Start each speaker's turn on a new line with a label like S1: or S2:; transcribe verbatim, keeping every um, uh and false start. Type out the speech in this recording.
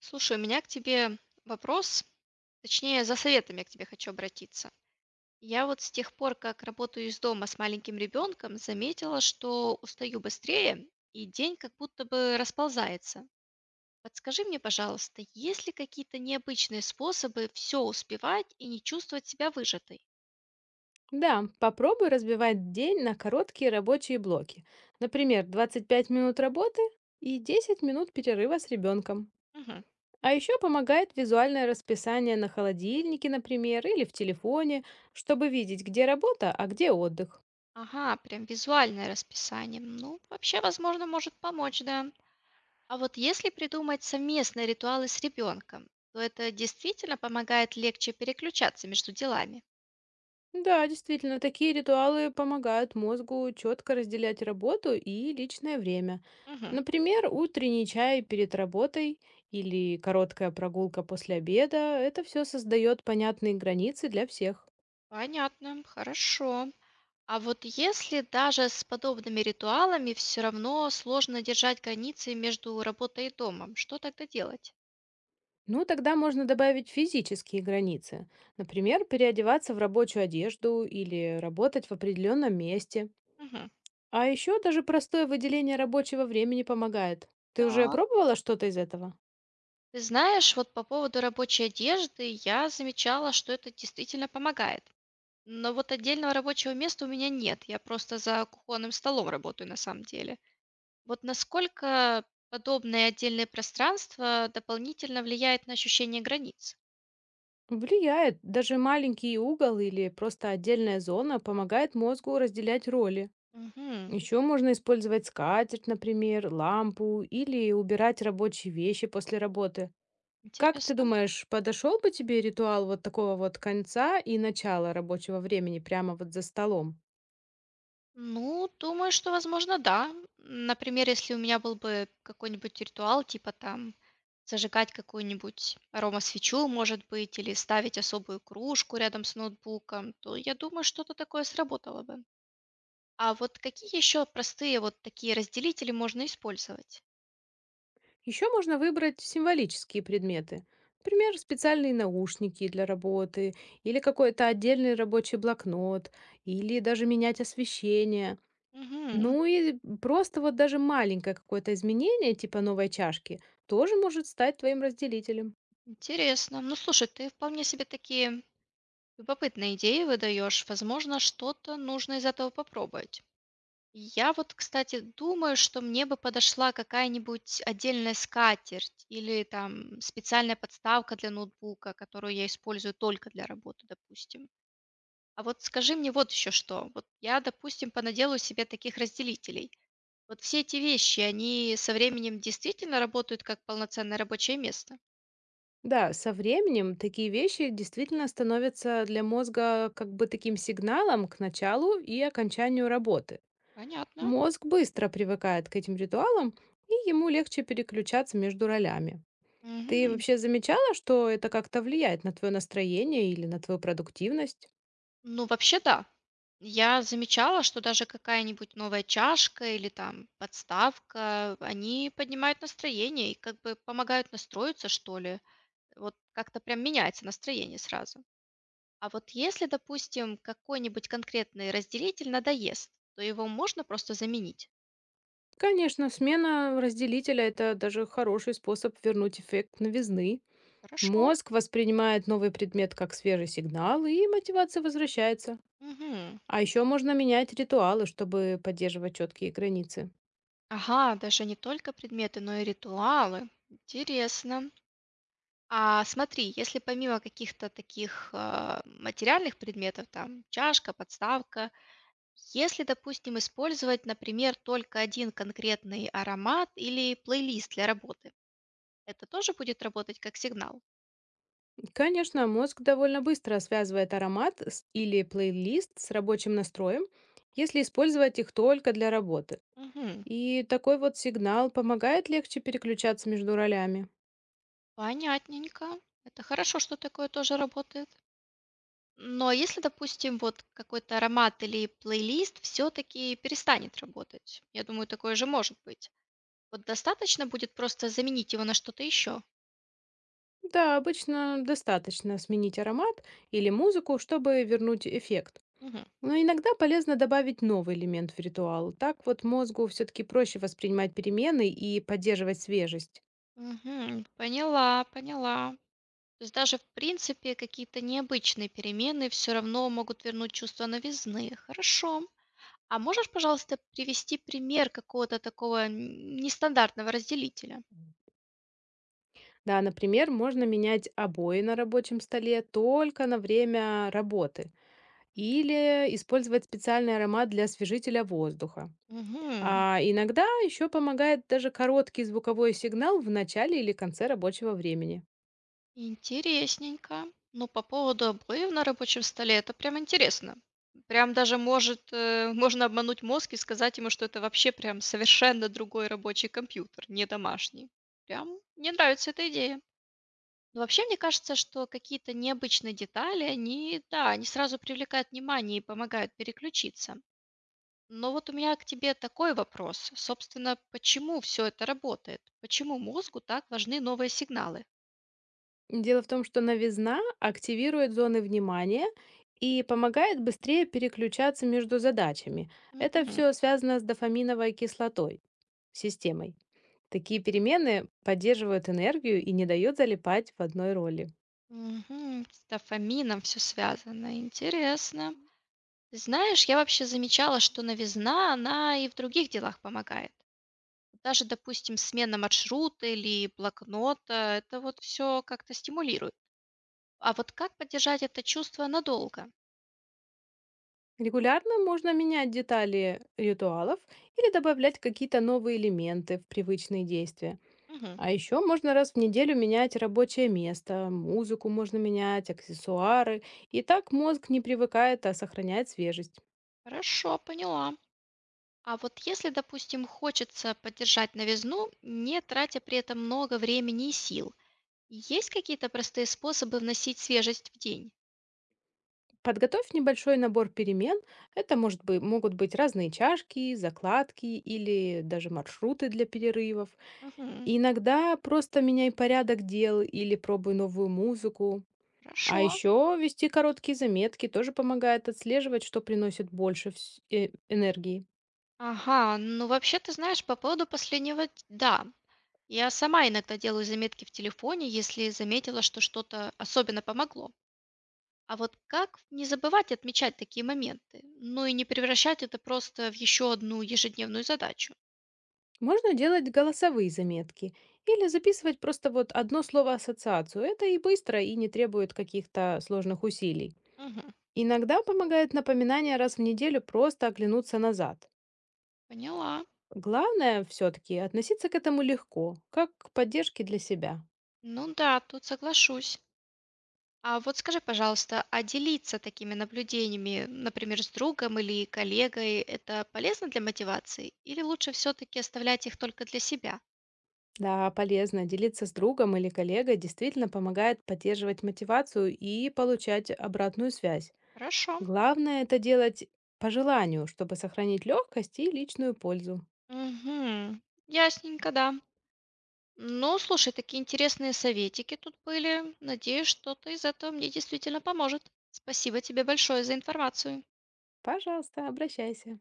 S1: Слушай, у меня к тебе вопрос, точнее, за советом я к тебе хочу обратиться. Я вот с тех пор, как работаю из дома с маленьким ребенком, заметила, что устаю быстрее, и день как будто бы расползается. Подскажи мне, пожалуйста, есть ли какие-то необычные способы все успевать и не чувствовать себя выжатой?
S2: Да, попробуй разбивать день на короткие рабочие блоки. Например, двадцать пять минут работы и десять минут перерыва с ребенком.
S1: Мгм.
S2: А еще помогает визуальное расписание на холодильнике, например, или в телефоне, чтобы видеть, где работа, а где отдых.
S1: Ага, прям визуальное расписание. Ну, вообще, возможно, может помочь, да. А вот если придумать совместные ритуалы с ребенком, то это действительно помогает легче переключаться между делами.
S2: Да, действительно, такие ритуалы помогают мозгу четко разделять работу и личное время.
S1: Мгм.
S2: Например, утренний чай перед работой или короткая прогулка после обеда– это все создает понятные границы для всех.
S1: Понятно, хорошо. А вот если даже с подобными ритуалами все равно сложно держать границы между работой и домом, что тогда делать?
S2: Ну, тогда можно добавить физические границы. Например, переодеваться в рабочую одежду или работать в определенном месте.
S1: Мгм.
S2: А еще даже простое выделение рабочего времени помогает. Ты уже
S1: Так.
S2: пробовала что-то из этого?
S1: Ты знаешь, вот по поводу рабочей одежды я замечала, что это действительно помогает. Но вот отдельного рабочего места у меня нет. Я просто за кухонным столом работаю на самом деле. Вот насколько подобное отдельное пространство дополнительно влияет на ощущение границ?
S2: Влияет. Даже маленький угол или просто отдельная зона помогает мозгу разделять роли.
S1: Мгм.
S2: Еще можно использовать скатерть, например, лампу или убирать рабочие вещи после работы. Как ты
S1: Интересно.
S2: думаешь, подошел бы тебе ритуал вот такого вот конца и начала рабочего времени прямо вот за столом?
S1: Ну, думаю, что, возможно, да. Например, если у меня был бы какой-нибудь ритуал, типа там зажигать какую-нибудь аромасвечу, может быть, или ставить особую кружку рядом с ноутбуком, то я думаю, что-то такое сработало бы. А вот какие еще простые вот такие разделители можно использовать?
S2: Еще можно выбрать символические предметы. Например, специальные наушники для работы, или какой-то отдельный рабочий блокнот, или даже менять освещение.
S1: Мгм.
S2: Ну и просто вот даже маленькое какое-то изменение, типа новой чашки, тоже может стать твоим разделителем.
S1: Интересно. Ну, слушай, ты вполне себе такие любопытные идеи выдаешь. Возможно, что-то нужно из этого попробовать. Я вот, кстати, думаю, что мне бы подошла какая-нибудь отдельная скатерть или там специальная подставка для ноутбука, которую я использую только для работы, допустим. А вот скажи мне вот еще что. Вот я, допустим, понаделаю себе таких разделителей. Вот все эти вещи, они со временем действительно работают как полноценное рабочее место?
S2: Да, со временем такие вещи действительно становятся для мозга как бы таким сигналом к началу и окончанию работы.
S1: Понятно.
S2: Мозг быстро привыкает к этим ритуалам, и ему легче переключаться между ролями. Ты
S1: Мгм.
S2: вообще замечала, что это как-то влияет на твое настроение или на твою продуктивность?
S1: Ну, вообще, да. Я замечала, что даже какая-нибудь новая чашка или там подставка, они поднимают настроение и как бы помогают настроиться, что ли. Вот как-то прям меняется настроение сразу. А вот если, допустим, какой-нибудь конкретный разделитель надоест, то его можно просто заменить.
S2: Конечно, смена разделителя– это даже хороший способ вернуть эффект новизны.
S1: Хорошо.
S2: Мозг воспринимает новый предмет как свежий сигнал, и мотивация возвращается.
S1: Мгм.
S2: А еще можно менять ритуалы, чтобы поддерживать четкие границы.
S1: Ага, даже не только предметы, но и ритуалы. Интересно. А, смотри, если помимо каких-то таких, а, материальных предметов, там чашка, подставка, если, допустим, использовать, например, только один конкретный аромат или плейлист для работы, это тоже будет работать как сигнал?
S2: Конечно, мозг довольно быстро связывает аромат с- или плейлист с рабочим настроем, если использовать их только для работы.
S1: Мгм.
S2: И такой вот сигнал помогает легче переключаться между ролями.
S1: Понятненько. Это хорошо, что такое тоже работает. Но если, допустим, вот какой-то аромат или плейлист все-таки перестанет работать, я думаю, такое же может быть. Вот достаточно будет просто заменить его на что-то еще?
S2: Да, обычно достаточно сменить аромат или музыку, чтобы вернуть эффект. Но иногда полезно добавить новый элемент в ритуал. Так вот мозгу все-таки проще воспринимать перемены и поддерживать свежесть.
S1: Мгм. Поняла, поняла. То есть даже, в принципе, какие-то необычные перемены все равно могут вернуть чувство новизны. Хорошо. А можешь, пожалуйста, привести пример какого-то такого н- нестандартного разделителя?
S2: Да, например, можно менять обои на рабочем столе только на время работы или использовать специальный аромат для освежителя воздуха.
S1: Угу.
S2: А иногда еще помогает даже короткий звуковой сигнал в начале или конце рабочего времени.
S1: Интересненько. Ну, по поводу обоев на рабочем столе, это прям интересно. Прям даже может, э, можно обмануть мозг и сказать ему, что это вообще прям совершенно другой рабочий компьютер, не домашний. Прям мне нравится эта идея. Ну, вообще, мне кажется, что какие-то необычные детали, они, да, они сразу привлекают внимание и помогают переключиться. Но вот у меня к тебе такой вопрос. Собственно, почему все это работает? Почему мозгу так важны новые сигналы?
S2: Дело в том, что новизна активирует зоны внимания и помогает быстрее переключаться между задачами. Это
S1: Мгм.
S2: все связано с дофаминовой кислотой, системой. Такие перемены поддерживают энергию и не дают залипать в одной роли.
S1: Мгм. С дофамином все связано. Интересно. Ты знаешь, я вообще замечала, что новизна, она и в других делах помогает. Даже, допустим, смена маршрута или блокнота, это вот все как-то стимулирует. А вот как поддержать это чувство надолго?
S2: Регулярно можно менять детали ритуалов или добавлять какие-то новые элементы в привычные действия.
S1: Мгм.
S2: А еще можно раз в неделю менять рабочее место, музыку можно менять, аксессуары. И так мозг не привыкает, а сохраняет свежесть.
S1: Хорошо, поняла. А вот если, допустим, хочется поддержать новизну, не тратя при этом много времени и сил, есть какие-то простые способы вносить свежесть в день?
S2: Подготовь небольшой набор перемен. Это может быть, могут быть разные чашки, закладки или даже маршруты для перерывов.
S1: Мгм.
S2: И иногда просто меняй порядок дел или пробуй новую музыку. А
S1: Хорошо.
S2: еще вести короткие заметки тоже помогает отслеживать, что приносит больше вс- э, энергии.
S1: Ага, ну вообще ты знаешь, по поводу последнего, т- да. Я сама иногда делаю заметки в телефоне, если заметила, что что-то особенно помогло. А вот как не забывать отмечать такие моменты, ну и не превращать это просто в еще одну ежедневную задачу?
S2: Можно делать голосовые заметки или записывать просто вот одно слово-ассоциацию. Это и быстро, и не требует каких-то сложных усилий.
S1: Мгм.
S2: Иногда помогает напоминание раз в неделю просто оглянуться назад.
S1: Поняла.
S2: Главное все-таки относиться к этому легко, как к поддержке для себя.
S1: Ну да, тут соглашусь. А вот скажи, пожалуйста, а делиться такими наблюдениями, например, с другом или коллегой, это полезно для мотивации? Или лучше все-таки оставлять их только для себя?
S2: Да, полезно делиться с другом или коллегой действительно помогает поддерживать мотивацию и получать обратную связь.
S1: Хорошо.
S2: Главное это делать по желанию, чтобы сохранить легкость и личную пользу.
S1: Угу. Ясненько, да. Ну, слушай, такие интересные советики тут были. Надеюсь, что-то из этого мне действительно поможет. Спасибо тебе большое за информацию.
S2: Пожалуйста, обращайся.